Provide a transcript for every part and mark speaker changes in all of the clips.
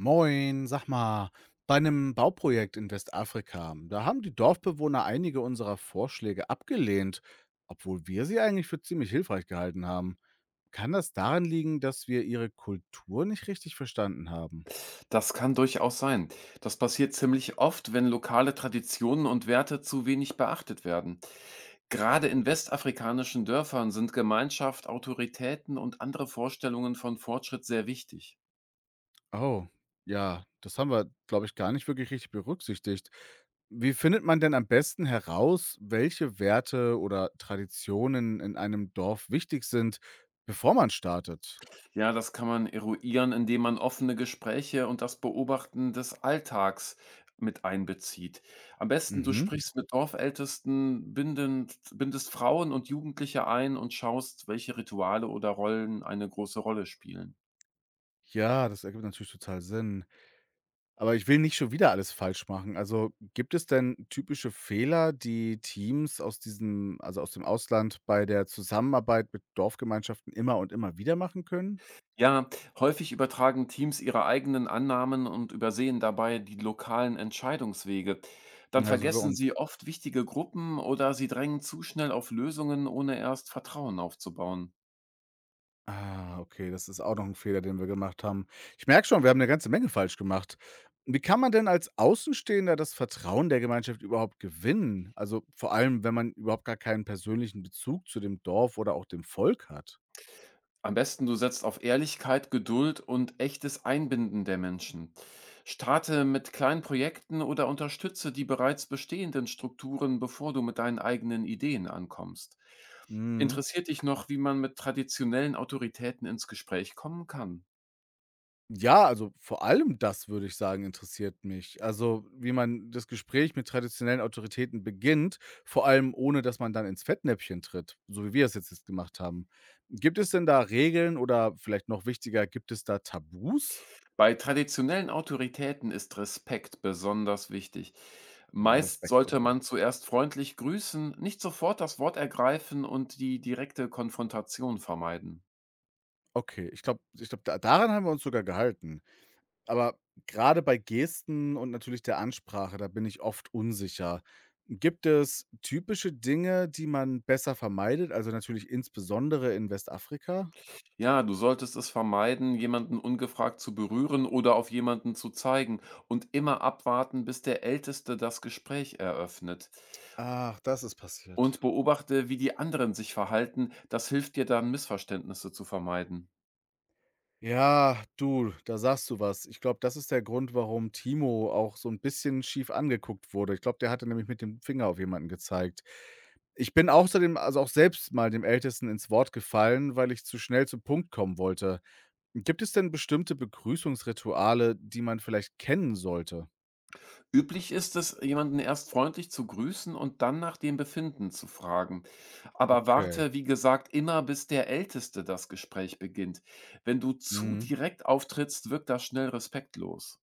Speaker 1: Moin, sag mal, bei einem Bauprojekt in Westafrika, da haben die Dorfbewohner einige unserer Vorschläge abgelehnt, obwohl wir sie eigentlich für ziemlich hilfreich gehalten haben. Kann das daran liegen, dass wir ihre Kultur nicht richtig verstanden haben?
Speaker 2: Das kann durchaus sein. Das passiert ziemlich oft, wenn lokale Traditionen und Werte zu wenig beachtet werden. Gerade in westafrikanischen Dörfern sind Gemeinschaft, Autoritäten und andere Vorstellungen von Fortschritt sehr wichtig.
Speaker 1: Oh, ja, das haben wir, glaube ich, gar nicht wirklich richtig berücksichtigt. Wie findet man denn am besten heraus, welche Werte oder Traditionen in einem Dorf wichtig sind, bevor man startet?
Speaker 2: Ja, das kann man eruieren, indem man offene Gespräche und das Beobachten des Alltags mit einbezieht. Am besten, du
Speaker 1: Mhm.
Speaker 2: sprichst mit Dorfältesten, bindest Frauen und Jugendliche ein und schaust, welche Rituale oder Rollen eine große Rolle spielen.
Speaker 1: Ja, das ergibt natürlich total Sinn. Aber ich will nicht schon wieder alles falsch machen. Also, gibt es denn typische Fehler, die Teams aus aus dem Ausland bei der Zusammenarbeit mit Dorfgemeinschaften immer und immer wieder machen können?
Speaker 2: Ja, häufig übertragen Teams ihre eigenen Annahmen und übersehen dabei die lokalen Entscheidungswege. Dann
Speaker 1: Also so bei
Speaker 2: vergessen
Speaker 1: uns.
Speaker 2: sie oft wichtige Gruppen oder sie drängen zu schnell auf Lösungen, ohne erst Vertrauen aufzubauen.
Speaker 1: Ah, okay, das ist auch noch ein Fehler, den wir gemacht haben. Ich merke schon, wir haben eine ganze Menge falsch gemacht. Wie kann man denn als Außenstehender das Vertrauen der Gemeinschaft überhaupt gewinnen? Also, vor allem, wenn man überhaupt gar keinen persönlichen Bezug zu dem Dorf oder auch dem Volk hat.
Speaker 2: Am besten du setzt auf Ehrlichkeit, Geduld und echtes Einbinden der Menschen. Starte mit kleinen Projekten oder unterstütze die bereits bestehenden Strukturen, bevor du mit deinen eigenen Ideen ankommst.
Speaker 1: Mhm.
Speaker 2: Interessiert dich noch, wie man mit traditionellen Autoritäten ins Gespräch kommen kann?
Speaker 1: Ja, also vor allem das würde ich sagen, interessiert mich. Also, wie man das Gespräch mit traditionellen Autoritäten beginnt, vor allem ohne, dass man dann ins Fettnäpfchen tritt, so wie wir es jetzt gemacht haben. Gibt es denn da Regeln oder vielleicht noch wichtiger, gibt es da Tabus?
Speaker 2: Bei traditionellen Autoritäten ist Respekt besonders wichtig. Meist
Speaker 1: Respekt,
Speaker 2: sollte
Speaker 1: okay.
Speaker 2: man zuerst freundlich grüßen, nicht sofort das Wort ergreifen und die direkte Konfrontation vermeiden.
Speaker 1: Okay, ich glaube, da daran haben wir uns sogar gehalten. Aber gerade bei Gesten und natürlich der Ansprache, da bin ich oft unsicher. Gibt es typische Dinge, die man besser vermeidet, also natürlich insbesondere in Westafrika?
Speaker 2: Ja, du solltest es vermeiden, jemanden ungefragt zu berühren oder auf jemanden zu zeigen und immer abwarten, bis der Älteste das Gespräch eröffnet.
Speaker 1: Ach, das ist
Speaker 2: Und
Speaker 1: passiert.
Speaker 2: beobachte, wie die anderen sich verhalten, das hilft dir dann, Missverständnisse zu vermeiden.
Speaker 1: Ja, du, da sagst du was. Ich glaube, das ist der Grund, warum Timo auch so ein bisschen schief angeguckt wurde. Ich glaube, der hatte nämlich mit dem Finger auf jemanden gezeigt. Ich bin außerdem also auch selbst mal dem Ältesten ins Wort gefallen, weil ich zu schnell zum Punkt kommen wollte. Gibt es denn bestimmte Begrüßungsrituale, die man vielleicht kennen sollte?
Speaker 2: Üblich ist es, jemanden erst freundlich zu grüßen und dann nach dem Befinden zu fragen. Aber
Speaker 1: Okay,
Speaker 2: warte, wie gesagt, immer bis der Älteste das Gespräch beginnt. Wenn du zu
Speaker 1: mhm,
Speaker 2: direkt auftrittst, wirkt das schnell respektlos.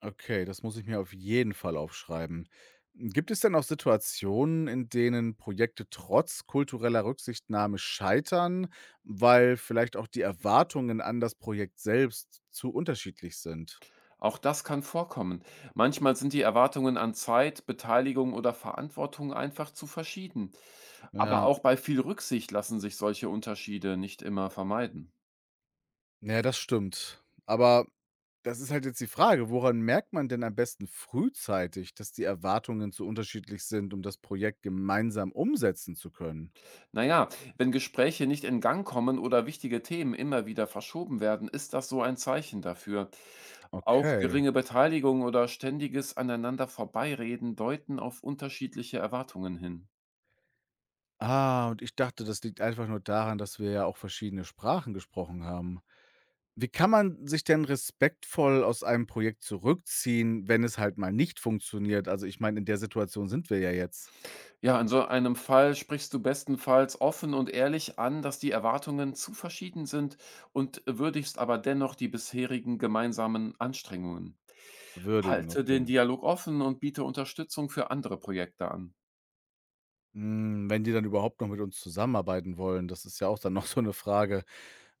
Speaker 1: okay, das muss ich mir auf jeden Fall aufschreiben. Gibt es denn auch Situationen, in denen Projekte trotz kultureller Rücksichtnahme scheitern, weil vielleicht auch die Erwartungen an das Projekt selbst zu unterschiedlich sind?
Speaker 2: Auch das kann vorkommen. Manchmal sind die Erwartungen an Zeit, Beteiligung oder Verantwortung einfach zu verschieden. Aber
Speaker 1: Ja,
Speaker 2: auch bei viel Rücksicht lassen sich solche Unterschiede nicht immer vermeiden.
Speaker 1: ja, das stimmt. Aber das ist halt jetzt die Frage, woran merkt man denn am besten frühzeitig, dass die Erwartungen so unterschiedlich sind, um das Projekt gemeinsam umsetzen zu können?
Speaker 2: Naja, wenn Gespräche nicht in Gang kommen oder wichtige Themen immer wieder verschoben werden, ist das so ein Zeichen dafür. Auch
Speaker 1: Okay.
Speaker 2: geringe Beteiligung oder ständiges aneinander vorbeireden deuten auf unterschiedliche Erwartungen hin.
Speaker 1: Ah, und ich dachte, das liegt einfach nur daran, dass wir ja auch verschiedene Sprachen gesprochen haben. Wie kann man sich denn respektvoll aus einem Projekt zurückziehen, wenn es halt mal nicht funktioniert? Also ich meine, in der Situation sind wir ja jetzt.
Speaker 2: Ja, in so einem Fall sprichst du bestenfalls offen und ehrlich an, dass die Erwartungen zu verschieden sind und würdigst aber dennoch die bisherigen gemeinsamen Anstrengungen.
Speaker 1: Würdigen,
Speaker 2: Halte den
Speaker 1: okay.
Speaker 2: Dialog offen und biete Unterstützung für andere Projekte an.
Speaker 1: Hm, wenn die dann überhaupt noch mit uns zusammenarbeiten wollen, das ist ja auch dann noch so 'ne Frage.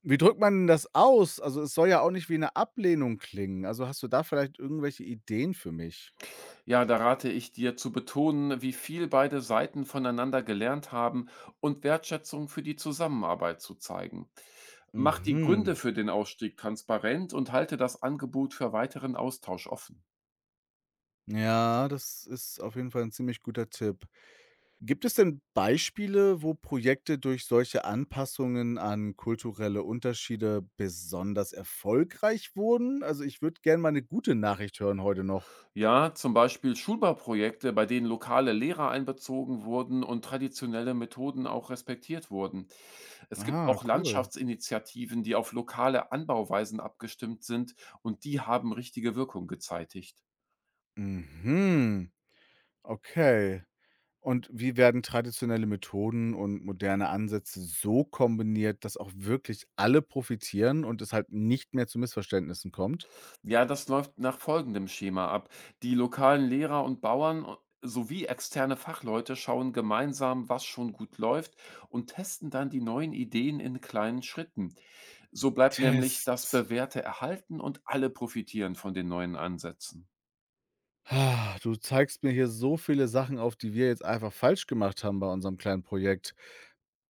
Speaker 1: Wie drückt man denn das aus? Also, es soll ja auch nicht wie 'ne Ablehnung klingen. Also, hast du da vielleicht irgendwelche Ideen für mich?
Speaker 2: Ja, da rate ich dir zu betonen, wie viel beide Seiten voneinander gelernt haben und Wertschätzung für die Zusammenarbeit zu zeigen. Mach die
Speaker 1: Mhm.
Speaker 2: Gründe für den Ausstieg transparent und halte das Angebot für weiteren Austausch offen.
Speaker 1: Ja, das ist auf jeden Fall 'n ziemlich guter Tipp. Gibt es denn Beispiele, wo Projekte durch solche Anpassungen an kulturelle Unterschiede besonders erfolgreich wurden? Also, ich würde gern mal 'ne gute Nachricht hören heute noch.
Speaker 2: Ja, zum Beispiel Schulbauprojekte, bei denen lokale Lehrer einbezogen wurden und traditionelle Methoden auch respektiert wurden. Es gibt
Speaker 1: Ah,
Speaker 2: auch
Speaker 1: cool.
Speaker 2: Landschaftsinitiativen, die auf lokale Anbauweisen abgestimmt sind und die haben richtige Wirkung gezeitigt.
Speaker 1: Mhm. Okay. Und wie werden traditionelle Methoden und moderne Ansätze so kombiniert, dass auch wirklich alle profitieren und es halt nicht mehr zu Missverständnissen kommt?
Speaker 2: Ja, das läuft nach folgendem Schema ab. Die lokalen Lehrer und Bauern sowie externe Fachleute schauen gemeinsam, was schon gut läuft und testen dann die neuen Ideen in kleinen Schritten. So bleibt nämlich das
Speaker 1: Tests.
Speaker 2: Bewährte erhalten und alle profitieren von den neuen Ansätzen.
Speaker 1: Ah, du zeigst mir hier so viele Sachen auf, die wir jetzt einfach falsch gemacht haben bei unserem kleinen Projekt.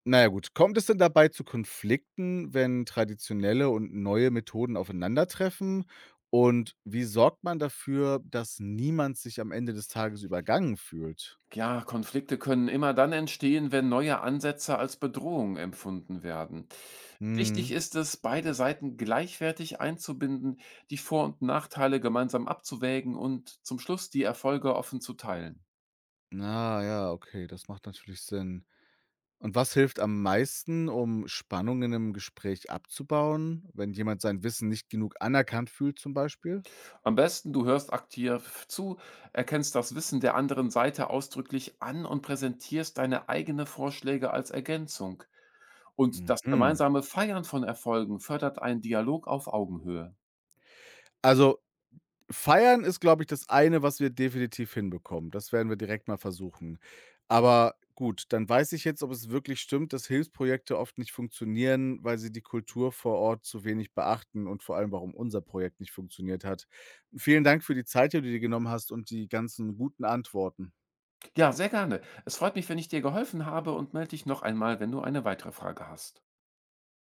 Speaker 1: Naja gut, kommt es denn dabei zu Konflikten, wenn traditionelle und neue Methoden aufeinandertreffen? Und wie sorgt man dafür, dass niemand sich am Ende des Tages übergangen fühlt?
Speaker 2: Ja, Konflikte können immer dann entstehen, wenn neue Ansätze als Bedrohung empfunden werden. Wichtig
Speaker 1: Hm.
Speaker 2: ist es, beide Seiten gleichwertig einzubinden, die Vor- und Nachteile gemeinsam abzuwägen und zum Schluss die Erfolge offen zu teilen.
Speaker 1: Na ja, okay, das macht natürlich Sinn. Und was hilft am meisten, um Spannungen im Gespräch abzubauen, wenn jemand sein Wissen nicht genug anerkannt fühlt zum Beispiel?
Speaker 2: Am besten, du hörst aktiv zu, erkennst das Wissen der anderen Seite ausdrücklich an und präsentierst deine eigenen Vorschläge als Ergänzung. Und das
Speaker 1: Mhm.
Speaker 2: gemeinsame Feiern von Erfolgen fördert einen Dialog auf Augenhöhe.
Speaker 1: Also Feiern ist, glaube ich, das eine, was wir definitiv hinbekommen. Das werden wir direkt mal versuchen. Aber gut, dann weiß ich jetzt, ob es wirklich stimmt, dass Hilfsprojekte oft nicht funktionieren, weil sie die Kultur vor Ort zu wenig beachten und vor allem, warum unser Projekt nicht funktioniert hat. Vielen Dank für die Zeit, die du dir genommen hast und die ganzen guten Antworten.
Speaker 2: Ja, sehr gerne. Es freut mich, wenn ich dir geholfen habe und melde dich noch einmal, wenn du eine weitere Frage hast.